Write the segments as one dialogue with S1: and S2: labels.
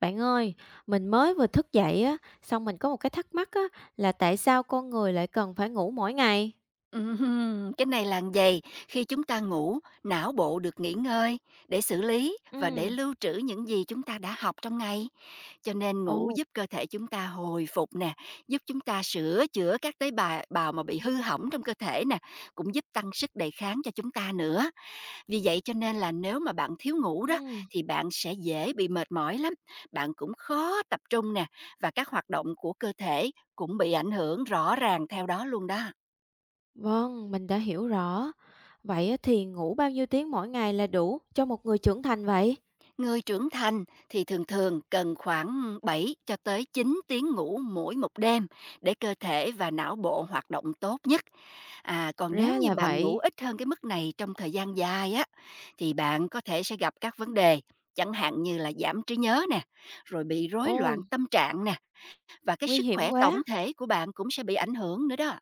S1: Bạn ơi, mình mới vừa thức dậy á, xong mình có một cái thắc mắc á, là tại sao con người lại cần phải ngủ mỗi ngày?
S2: Cái này là vầy, khi chúng ta ngủ, não bộ được nghỉ ngơi để xử lý và để
S1: Ừ.
S2: lưu trữ những gì chúng ta đã học trong ngày. Cho nên ngủ
S1: Ồ.
S2: giúp cơ thể chúng ta hồi phục nè, giúp chúng ta sửa chữa các tế bào bào mà bị hư hỏng trong cơ thể nè, cũng giúp tăng sức đề kháng cho chúng ta nữa. Vì vậy cho nên là nếu mà bạn thiếu ngủ đó
S1: Ừ.
S2: thì bạn sẽ dễ bị mệt mỏi lắm, bạn cũng khó tập trung nè và các hoạt động của cơ thể cũng bị ảnh hưởng rõ ràng theo đó luôn đó.
S1: Vâng, mình đã hiểu rõ. Vậy á, thì ngủ bao nhiêu tiếng mỗi ngày là đủ cho một người trưởng thành vậy?
S2: Người trưởng thành thì thường thường cần khoảng 7 cho tới 9 tiếng ngủ mỗi một đêm để cơ thể và não bộ hoạt động tốt nhất. À, còn nếu
S1: Ra
S2: như
S1: là
S2: bạn ngủ
S1: vậy.
S2: ít hơn cái mức này trong thời gian dài á, thì bạn có thể sẽ gặp các vấn đề, chẳng hạn như là giảm trí nhớ nè, rồi bị rối loạn
S1: Ồ.
S2: tâm trạng nè, và cái
S1: Nguy
S2: sức
S1: hiểm
S2: khỏe tổng
S1: quá.
S2: thể của bạn cũng sẽ bị ảnh hưởng nữa đó.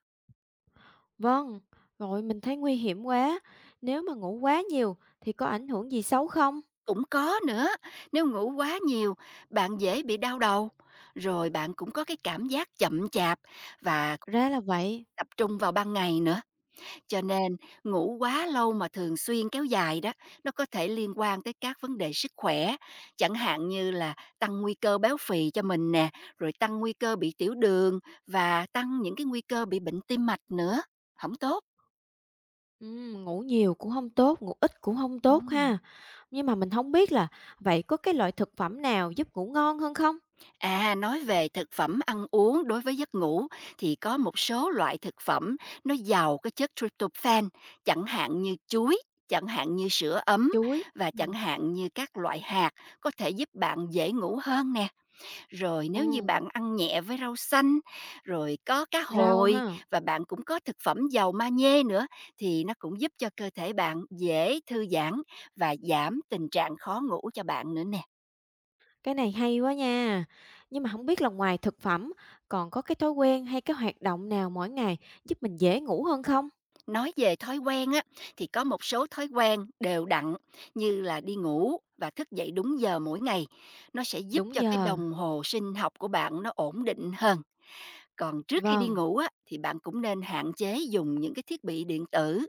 S1: Vâng, rồi mình thấy nguy hiểm quá. Nếu mà ngủ quá nhiều thì có ảnh hưởng gì xấu không?
S2: Cũng có nữa, nếu ngủ quá nhiều, bạn dễ bị đau đầu, rồi bạn cũng có cái cảm giác chậm chạp và
S1: Ra là vậy.
S2: tập trung vào ban ngày nữa, cho nên ngủ quá lâu mà thường xuyên kéo dài đó, nó có thể liên quan tới các vấn đề sức khỏe, chẳng hạn như là tăng nguy cơ béo phì cho mình nè, rồi tăng nguy cơ bị tiểu đường và tăng những cái nguy cơ bị bệnh tim mạch nữa, không tốt.
S1: Ngủ nhiều cũng không tốt, ngủ ít cũng không tốt
S2: Ừm.
S1: ha. Nhưng mà mình không biết là vậy có cái loại thực phẩm nào giúp ngủ ngon hơn không?
S2: À, nói về thực phẩm ăn uống đối với giấc ngủ thì có một số loại thực phẩm nó giàu cái chất tryptophan, chẳng hạn như chuối, chẳng hạn như sữa ấm
S1: Chuối.
S2: và chẳng
S1: Ừm.
S2: hạn như các loại hạt có thể giúp bạn dễ ngủ hơn nè. Rồi
S1: Ờ.
S2: nếu như bạn ăn nhẹ với rau xanh, rồi có cá
S1: Rau
S2: hồi
S1: ha.
S2: và bạn cũng có thực phẩm giàu magie nữa thì nó cũng giúp cho cơ thể bạn dễ thư giãn và giảm tình trạng khó ngủ cho bạn nữa nè.
S1: Cái này hay quá nha. Nhưng mà không biết là ngoài thực phẩm còn có cái thói quen hay cái hoạt động nào mỗi ngày giúp mình dễ ngủ hơn không?
S2: Nói về thói quen á, thì có một số thói quen đều đặn như là đi ngủ và thức dậy đúng giờ mỗi ngày. Nó sẽ giúp
S1: Đúng
S2: cho cái
S1: giờ.
S2: đồng hồ sinh học của bạn nó ổn định hơn. Còn trước khi đi
S1: Vâng.
S2: ngủ á, thì bạn cũng nên hạn chế dùng những cái thiết bị điện tử.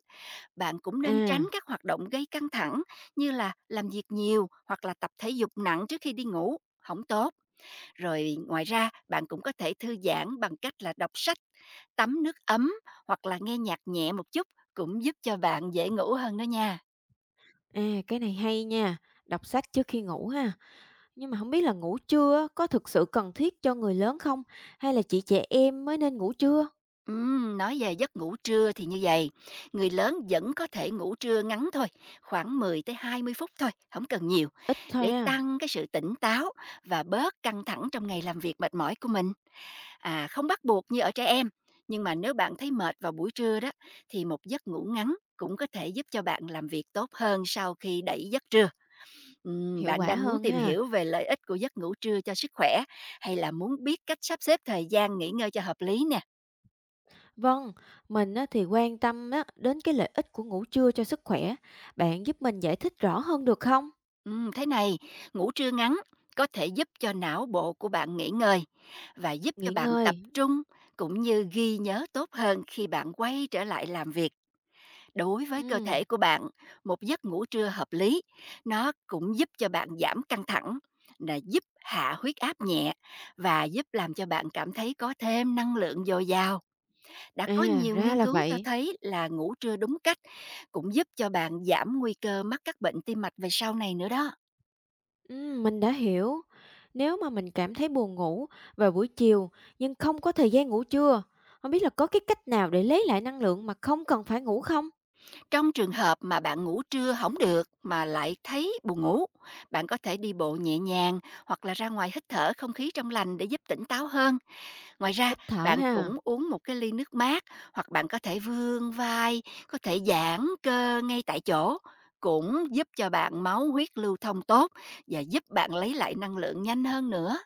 S2: Bạn cũng nên tránh
S1: À.
S2: các hoạt động gây căng thẳng như là làm việc nhiều hoặc là tập thể dục nặng trước khi đi ngủ. Không tốt. Rồi ngoài ra, bạn cũng có thể thư giãn bằng cách là đọc sách, tắm nước ấm hoặc là nghe nhạc nhẹ một chút cũng giúp cho bạn dễ ngủ hơn đó nha.
S1: À, cái này hay nha, đọc sách trước khi ngủ ha. Nhưng mà không biết là ngủ trưa á có thực sự cần thiết cho người lớn không? Hay là chỉ trẻ em mới nên ngủ trưa?
S2: Nói về giấc ngủ trưa thì như vậy, người lớn vẫn có thể ngủ trưa ngắn thôi, khoảng 10 tới 20 phút thôi, không cần nhiều,
S1: Ít thôi
S2: để
S1: ha.
S2: tăng cái sự tỉnh táo và bớt căng thẳng trong ngày làm việc mệt mỏi của mình. À, không bắt buộc như ở trẻ em, nhưng mà nếu bạn thấy mệt vào buổi trưa đó, thì một giấc ngủ ngắn cũng có thể giúp cho bạn làm việc tốt hơn sau khi đẩy giấc trưa.
S1: Hiệu
S2: Bạn
S1: quả
S2: đang muốn
S1: hơn
S2: tìm
S1: ha.
S2: hiểu về lợi ích của giấc ngủ trưa cho sức khỏe hay là muốn biết cách sắp xếp thời gian nghỉ ngơi cho hợp lý nè?
S1: Vâng, mình á, thì quan tâm á, đến cái lợi ích của ngủ trưa cho sức khỏe. Bạn giúp mình giải thích rõ hơn được không?
S2: Thế này, ngủ trưa ngắn có thể giúp cho não bộ của bạn nghỉ ngơi và giúp cho
S1: Nghỉ
S2: bạn tập
S1: ngơi.
S2: trung cũng như ghi nhớ tốt hơn khi bạn quay trở lại làm việc. Đối với cơ thể
S1: Ừm.
S2: của bạn, một giấc ngủ trưa hợp lý, nó cũng giúp cho bạn giảm căng thẳng, là giúp hạ huyết áp nhẹ và giúp làm cho bạn cảm thấy có thêm năng lượng dồi dào. Đã có
S1: À,
S2: nhiều
S1: ra
S2: nghiên
S1: là
S2: cứu cho
S1: vậy.
S2: thấy là ngủ trưa đúng cách cũng giúp cho bạn giảm nguy cơ mắc các bệnh tim mạch về sau này nữa đó.
S1: Mình đã hiểu. Nếu mà mình cảm thấy buồn ngủ vào buổi chiều nhưng không có thời gian ngủ trưa, không biết là có cái cách nào để lấy lại năng lượng mà không cần phải ngủ không?
S2: Trong trường hợp mà bạn ngủ trưa hỏng được mà lại thấy buồn ngủ, bạn có thể đi bộ nhẹ nhàng hoặc là ra ngoài hít thở không khí trong lành để giúp tỉnh táo hơn. Ngoài ra,
S1: Hít thở
S2: bạn
S1: ha.
S2: cũng uống một cái ly nước mát hoặc bạn có thể vươn vai, có thể giãn cơ ngay tại chỗ cũng giúp cho bạn máu huyết lưu thông tốt và giúp bạn lấy lại năng lượng nhanh hơn nữa.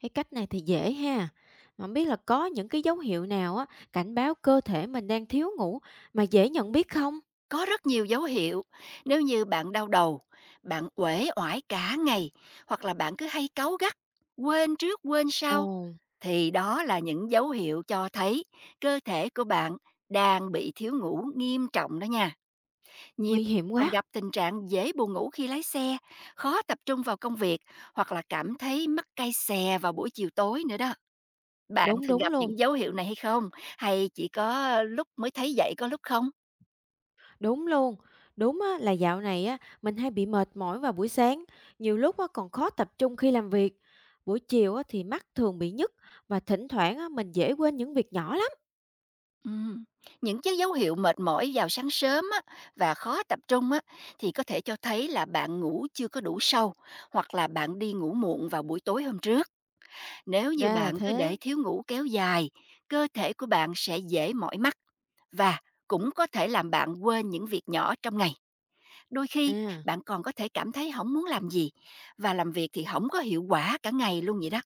S1: Cái cách này thì dễ ha. Mà không biết là có những cái dấu hiệu nào á, cảnh báo cơ thể mình đang thiếu ngủ mà dễ nhận biết không?
S2: Có rất nhiều dấu hiệu, nếu như bạn đau đầu, bạn uể oải cả ngày hoặc là bạn cứ hay cáu gắt, quên trước quên sau,
S1: Ồ.
S2: thì đó là những dấu hiệu cho thấy cơ thể của bạn đang bị thiếu ngủ nghiêm trọng đó nha. Nhiều người
S1: Nguy hiểm
S2: còn
S1: quá!
S2: gặp tình trạng dễ buồn ngủ khi lái xe, khó tập trung vào công việc hoặc là cảm thấy mắt cay xè vào buổi chiều tối nữa đó. Bạn
S1: Đúng,
S2: thường
S1: đúng
S2: gặp
S1: luôn,
S2: những dấu hiệu này hay không? Hay chỉ có lúc mới thấy vậy, có lúc không?
S1: đúng luôn. Đúng á, là dạo này á, mình hay bị mệt mỏi vào buổi sáng, nhiều lúc á, còn khó tập trung khi làm việc. Buổi chiều á, thì mắt thường bị nhức và thỉnh thoảng á, mình dễ quên những việc nhỏ lắm.
S2: Ừm, những cái dấu hiệu mệt mỏi vào sáng sớm á, và khó tập trung á, thì có thể cho thấy là bạn ngủ chưa có đủ sâu hoặc là bạn đi ngủ muộn vào buổi tối hôm trước. Nếu như
S1: Ra là
S2: bạn cứ để
S1: thế.
S2: thiếu ngủ kéo dài, cơ thể của bạn sẽ dễ mỏi mắt và cũng có thể làm bạn quên những việc nhỏ trong ngày. Đôi khi
S1: À,
S2: bạn còn có thể cảm thấy không muốn làm gì và làm việc thì không có hiệu quả cả ngày luôn vậy đó.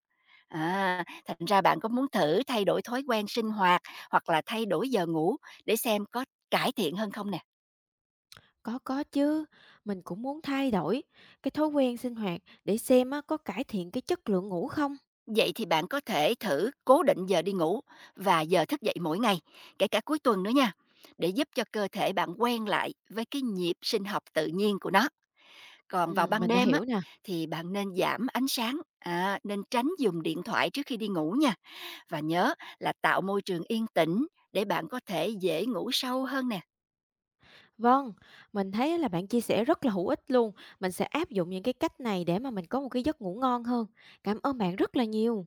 S2: À, thành ra bạn có muốn thử thay đổi thói quen sinh hoạt hoặc là thay đổi giờ ngủ để xem có cải thiện hơn không nè?
S1: có chứ, mình cũng muốn thay đổi cái thói quen sinh hoạt để xem á, có cải thiện cái chất lượng ngủ không?
S2: Vậy thì bạn có thể thử cố định giờ đi ngủ và giờ thức dậy mỗi ngày, kể cả cuối tuần nữa nha, để giúp cho cơ thể bạn quen lại với cái nhịp sinh học tự nhiên của nó. Còn vào ban
S1: Mình đã
S2: đêm á,
S1: hiểu nè.
S2: thì bạn nên giảm ánh sáng, à, nên tránh dùng điện thoại trước khi đi ngủ nha và nhớ là tạo môi trường yên tĩnh để bạn có thể dễ ngủ sâu hơn nè.
S1: Vâng, mình thấy là bạn chia sẻ rất là hữu ích luôn. Mình sẽ áp dụng những cái cách này để mà mình có một cái giấc ngủ ngon hơn. Cảm ơn bạn rất là nhiều.